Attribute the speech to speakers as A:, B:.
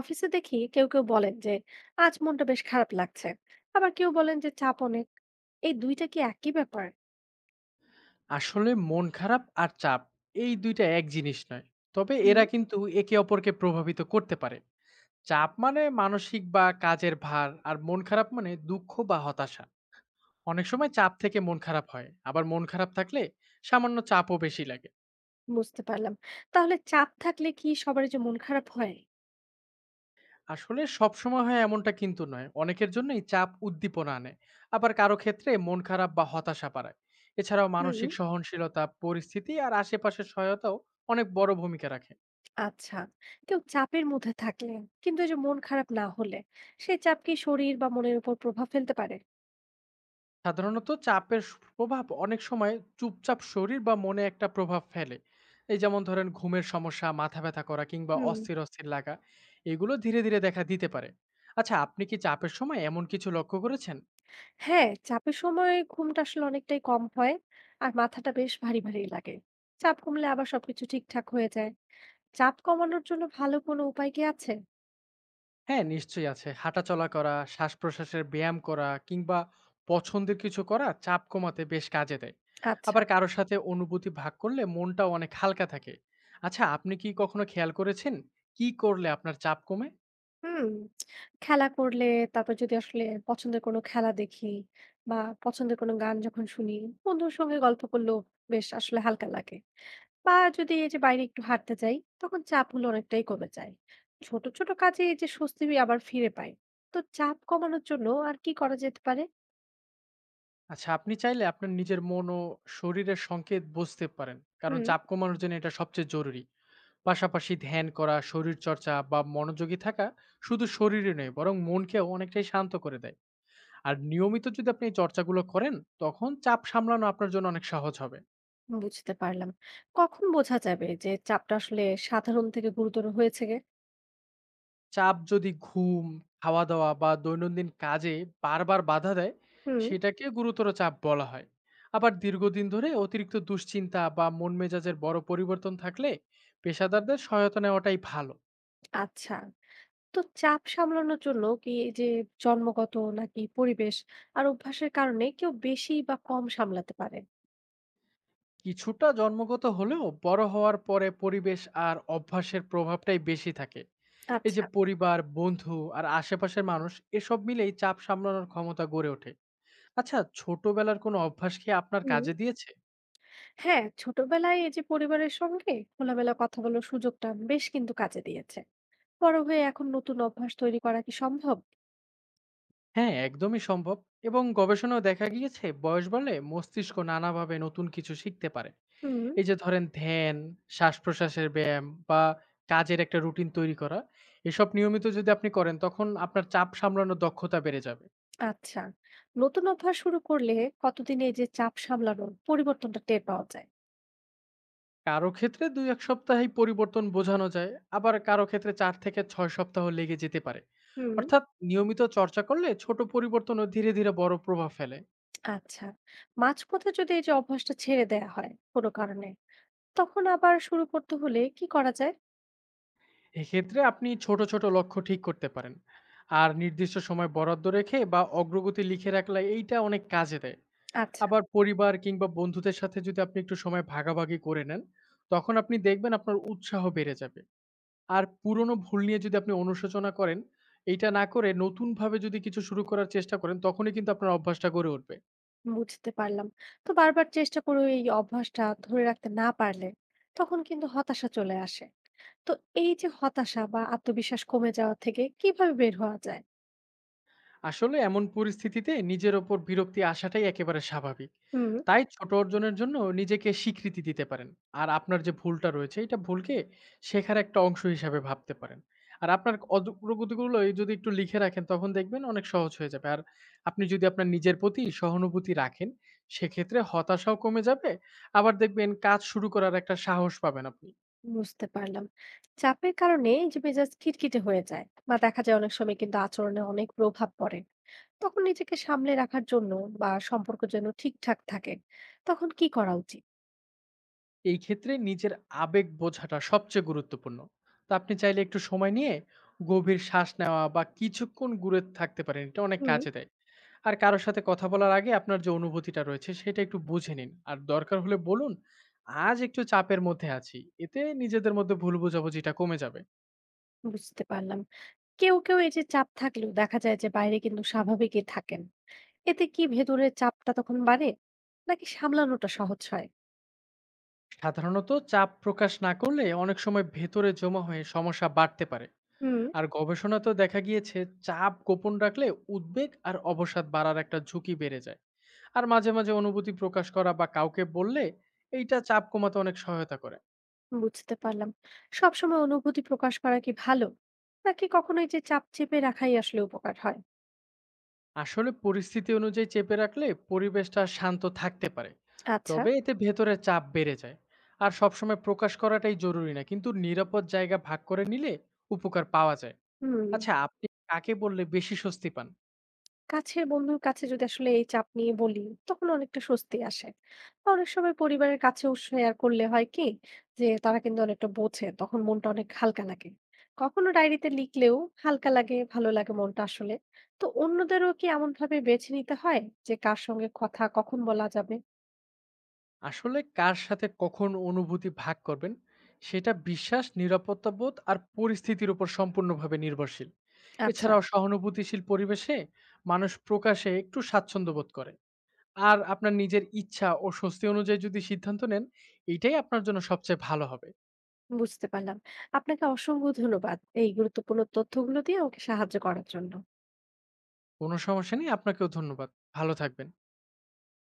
A: অফিসে দেখি কেউ কেউ বলেন যে আজ মনটা বেশ খারাপ লাগছে। আবার কেউ বলেন যে চাপ অনেক। এই দুইটা কি একই ব্যাপার?
B: আসলে মন খারাপ আর চাপ এই দুইটা এক জিনিস নয়। তবে
A: হুম,
B: এরা কিন্তু একে অপরকে প্রভাবিত করতে পারে। চাপ মানে মানসিক বা কাজের ভার, আর মন খারাপ মানে দুঃখ বা হতাশা। অনেক সময় চাপ থেকে মন খারাপ হয়, আবার মন খারাপ থাকলে সামান্য চাপও বেশি লাগে।
A: বুঝতে পারলাম। তাহলে চাপ থাকলে কি সবার যে মন খারাপ হয়?
B: আসলে সব সময় হয় এমনটা কিন্তু নয়, অনেকের জন্যই চাপ উদ্দীপনা আনে, আবার কারো ক্ষেত্রে মন খারাপ বা হতাশা বাড়ায়। এছাড়াও
A: হুম।
B: মানসিক সহনশীলতা, পরিস্থিতি আর আশেপাশের সহায়তাও অনেক বড় ভূমিকা রাখে।
A: আচ্ছা, কেউ চাপের মধ্যে থাকলে কিন্তু এই যে মন খারাপ না হলে, সেই চাপ কি শরীর বা মনের উপর প্রভাব ফেলতে পারে?
B: সাধারণত চাপের প্রভাব অনেক সময় চুপচাপ শরীর বা মনে একটা প্রভাব ফেলে। এই যেমন ধরেন ঘুমের সমস্যা, মাথা ব্যথা করা কিংবা
A: হুম।
B: অস্থির অস্থির লাগা, এগুলো ধীরে ধীরে দেখা দিতে পারে। আচ্ছা, আপনি কি চাপের সময় এমন কিছু লক্ষ্য করেছেন?
A: হ্যাঁ, চাপের সময় ঘুমটা আসলে অনেকটাই কম হয়, আর মাথাটা বেশ ভারী ভারী লাগে। চাপ কমলে আবার সবকিছু ঠিকঠাক হয়ে যায়। চাপ কমানোর জন্য ভালো কোনো উপায় কি আছে?
B: হ্যাঁ নিশ্চয়ই আছে, হাঁটাচলা করা, শ্বাস প্রশ্বাসের ব্যায়াম করা কিংবা পছন্দের কিছু করা চাপ কমাতে বেশ কাজে দেয়।
A: আচ্ছা।
B: আবার কারোর সাথে অনুভূতি ভাগ করলে মনটাও অনেক হালকা থাকে। আচ্ছা, আপনি কি কখনো খেয়াল করেছেন কি করলে আপনার চাপ কমে?
A: হুম। খেলা করলে, তারপর যদি আসলে পছন্দের কোনো খেলা দেখি, বা পছন্দের কোনো গান যখন শুনি, বন্ধুর সঙ্গে গল্প করলেও বেশ আসলে হালকা লাগে। বা যদি এই যে বাইরে একটু হাঁটতে যাই, তখন চাপ হলে অনেকটাই কমে যায়। ছোট, ছোট কাজে এই যে স্বস্তি আবার ফিরে পাই। তো চাপ কমানোর জন্য আর কি করা যেতে পারে?
B: আচ্ছা, আপনি চাইলে আপনার নিজের মন ও শরীরের সংকেত বুঝতে পারেন। কারণ
A: হুম।
B: চাপ কমানোর জন্য এটা সবচেয়ে জরুরি। পাশাপাশি ধ্যান করা, শরীরচর্চা বা মনোযোগী থাকা শুধু শরীরে নয় বরং মনকেও অনেকটাই শান্ত করে দেয়। আর নিয়মিত যদি আপনি এই চর্চাগুলো করেন তখন চাপ সামলানো আপনার জন্য অনেক সহজ হবে।
A: বুঝতে পারলাম। কখন বোঝা যাবে যে চাপটা আসলে সাধারণ থেকে গুরুতর হয়েছে গে?
B: চাপ যদি ঘুম, খাওয়া-দাওয়া বা দৈনন্দিন কাজে বারবার বাধা দেয়,
A: হুম।
B: সেটাকে গুরুতর চাপ বলা হয়। আবার দীর্ঘদিন ধরে অতিরিক্ত দুশ্চিন্তা বা মন মেজাজের বড় পরিবর্তন থাকলে পেশাদারদের সহায়তা নেওয়াটাই ভালো।
A: আচ্ছা। তো চাপ সামলানোর জন্য কি এই যে জন্মগত নাকি পরিবেশ আর অভ্যাসের কারণে কেউ বেশি বা কম সামলাতে পারে?
B: কিছুটা জন্মগত হলেও বড় হওয়ার পরে পরিবেশ আর অভ্যাসের প্রভাবটাই বেশি থাকে। এই যে
A: আচ্ছা।
B: পরিবার, বন্ধু আর আশেপাশের মানুষ এসব মিলেই চাপ সামলানোর ক্ষমতা গড়ে ওঠে। আচ্ছা, ছোটবেলার কোনো অভ্যাস কি আপনার
A: হুম।
B: কাজে দিয়েছে?
A: হ্যাঁ, ছোটবেলায় এই যে পরিবারের সঙ্গে খোলামেলা কথা বলার সুযোগটা বেশ কিন্তু কাজে দিয়েছে। বড় হয়ে এখন নতুন অভ্যাস তৈরি করা কি সম্ভব?
B: হ্যাঁ, একদমই সম্ভব এবং গবেষণাও দেখা গিয়েছে বয়স বাড়লে মস্তিষ্ক নানাভাবে নতুন কিছু শিখতে পারে।
A: হুম।
B: এই যে ধরেন ধ্যান, শ্বাস-প্রশ্বাসের ব্যায়াম বা কাজের একটা রুটিন তৈরি করা, এসব নিয়মিত যদি আপনি করেন তখন আপনার চাপ সামলানোর দক্ষতা বেড়ে যাবে।
A: আচ্ছা, নতুন অভ্যাস শুরু করলে কতদিনে এই যে চাপ সামলানোর পরিবর্তনটা টের পাওয়া যায়?
B: কারো ক্ষেত্রে ২-১ সপ্তাহেই পরিবর্তন বোঝানো যায়, আবার কারো ক্ষেত্রে ৪ থেকে ৬ সপ্তাহ লেগে যেতে পারে।
A: হুম।
B: অর্থাৎ নিয়মিত চর্চা করলে ছোট পরিবর্তনও ধীরে ধীরে বড় প্রভাব ফেলে।
A: আচ্ছা, মাঝপথে যদি এই যে অভ্যাসটা ছেড়ে দেয়া হয় কোনো কারণে, তখন আবার শুরু করতে হলে কি করা যায়?
B: এক্ষেত্রে আপনি ছোট ছোট লক্ষ্য ঠিক করতে পারেন। আর নির্দিষ্ট সময় বরাদ্দ রেখে বা অগ্রগতি লিখে রাখলে এইটা অনেক কাজে দেয়।
A: আচ্ছা।
B: আবার পরিবার কিংবা বন্ধুদের সাথে যদি আপনি একটু সময় ভাগাভাগি করে নেন, তখন আপনি দেখবেন আপনার উৎসাহ বেড়ে যাবে। আর পুরনো ভুল নিয়ে যদি আপনি অনুশোচনা করেন, এইটা না করে নতুনভাবে যদি কিছু শুরু করার চেষ্টা করেন, তখনই কিন্তু আপনার অভ্যাসটা গড়ে উঠবে।
A: বুঝতে পারলাম। তো বারবার চেষ্টা করে এই অভ্যাসটা ধরে রাখতে না পারলে তখন কিন্তু হতাশা চলে আসে। তো এই যে হতাশা বা আত্মবিশ্বাস কমে যাওয়া থেকে কিভাবে বের হওয়া যায়?
B: আসলে এমন পরিস্থিতিতে নিজের ওপর বিরক্তি আসাটাই একেবারে স্বাভাবিক।
A: হুম।
B: তাই ছোট অর্জনের জন্য নিজেকে স্বীকৃতি দিতে পারেন। আর আপনার যে ভুলটা রয়েছে, এটা ভুলকে শেখার একটা অংশ হিসাবে ভাবতে পারেন। আর আপনার অদ প্রগতিগুলো যদি একটু লিখে রাখেন, তখন দেখবেন অনেক সহজ হয়ে যাবে। আর আপনি যদি আপনার নিজের প্রতি সহানুভূতি রাখেন, সেক্ষেত্রে হতাশাও কমে যাবে। আবার দেখবেন কাজ শুরু করার একটা সাহস পাবেন আপনি।
A: বুঝতে পারলাম। চাপের কারণে এই যে মেজাজ খিটখিটে হয়ে যায় বা দেখা যায় অনেক সময় কিন্তু আচরণে অনেক প্রভাব পড়ে, তখন নিজেকে সামলে রাখার জন্য বা সম্পর্ক যেন ঠিকঠাক থাকে, তখন কি করা উচিত?
B: এই ক্ষেত্রে নিজের আবেগ বোঝাটা সবচেয়ে গুরুত্বপূর্ণ। তো আপনি চাইলে একটু সময় নিয়ে গভীর শ্বাস নেওয়া বা কিছুক্ষণ ঘুরে থাকতে পারেন। এটা অনেক
A: হুম।
B: কাজে দেয়। আর কারো সাথে কথা বলার আগে আপনার যে অনুভূতিটা রয়েছে সেটা একটু বুঝে নিন। আর দরকার হলে বলুন, আজ একটু চাপের মধ্যে আছি। এতে নিজেদের মধ্যে ভুল বোঝাবুঝিটা কমে যাবে।
A: বুঝতে পারলাম। কেউ কেউ এই যে চাপ থাকলেও দেখা যায় যে বাইরে কিন্তু স্বাভাবিকই থাকেন, এতে কি ভেতরের চাপটা তখন বাড়ে নাকি সামলানোটা সহজ হয়?
B: সাধারণত চাপ প্রকাশ না করলে অনেক সময় ভেতরে জমা হয়ে সমস্যা বাড়তে পারে।
A: হুম।
B: আর গবেষণাতেও দেখা গিয়েছে চাপ গোপন রাখলে উদ্বেগ আর অবসাদ বাড়ার একটা ঝুঁকি বেড়ে যায়। আর মাঝে মাঝে অনুভূতি প্রকাশ করা বা কাউকে বললে এইটা চাপ কমাতে অনেক সহায়তা করে।
A: বুঝতে পারলাম। সবসময় অনুভূতি প্রকাশ করা কি ভালো নাকি কখনো এই যে চাপ চেপে রাখাই আসলে উপকার হয়?
B: আসলে পরিস্থিতি অনুযায়ী চেপে রাখলে পরিবেশটা শান্ত থাকতে পারে,
A: আচ্ছা।
B: তবে এতে ভেতরে চাপ বেড়ে যায়। আর সবসময় প্রকাশ করাটাই জরুরি না, কিন্তু নিরাপদ জায়গা ভাগ করে নিলে উপকার পাওয়া যায়।
A: হুম।
B: আচ্ছা, আপনি কাকে বললে বেশি স্বস্তি পান?
A: কাছের বন্ধুর কাছে যদি আসলে এই চাপ নিয়ে বলি, তখন অনেকটা স্বস্তি আসে। বা অনেক সময় পরিবারের কাছেও শেয়ার করলে হয় কি যে তারা কিন্তু অনেকটা বোঝে, তখন মনটা অনেক হালকা লাগে। কখনো ডায়েরিতে লিখলেও হালকা লাগে, ভালো লাগে মনটা আসলে। তো অন্যদেরও কি এমন ভাবে বেছে নিতে হয় যে কার সঙ্গে কথা কখন বলা যাবে?
B: আসলে কার সাথে কখন অনুভূতি ভাগ করবেন সেটা বিশ্বাস, নিরাপত্তা বোধ আর পরিস্থিতির উপর সম্পূর্ণভাবে নির্ভরশীল।
A: আচ্ছা,
B: এছাড়াও সহানুভূতিশীল পরিবেশে মানুষ প্রকাশে একটু স্বাচ্ছন্দ্য বোধ করে। আর আপনার নিজের ইচ্ছা ও স্বস্তি অনুযায়ী যদি সিদ্ধান্ত নেন, এইটাই আপনার জন্য সবচেয়ে ভালো হবে।
A: বুঝতে পারলাম। আপনাকে অসংখ্য ধন্যবাদ এই গুরুত্বপূর্ণ তথ্যগুলো দিয়ে আমাকে সাহায্য করার জন্য।
B: কোনো সমস্যা নেই, আপনাকেও ধন্যবাদ। ভালো থাকবেন।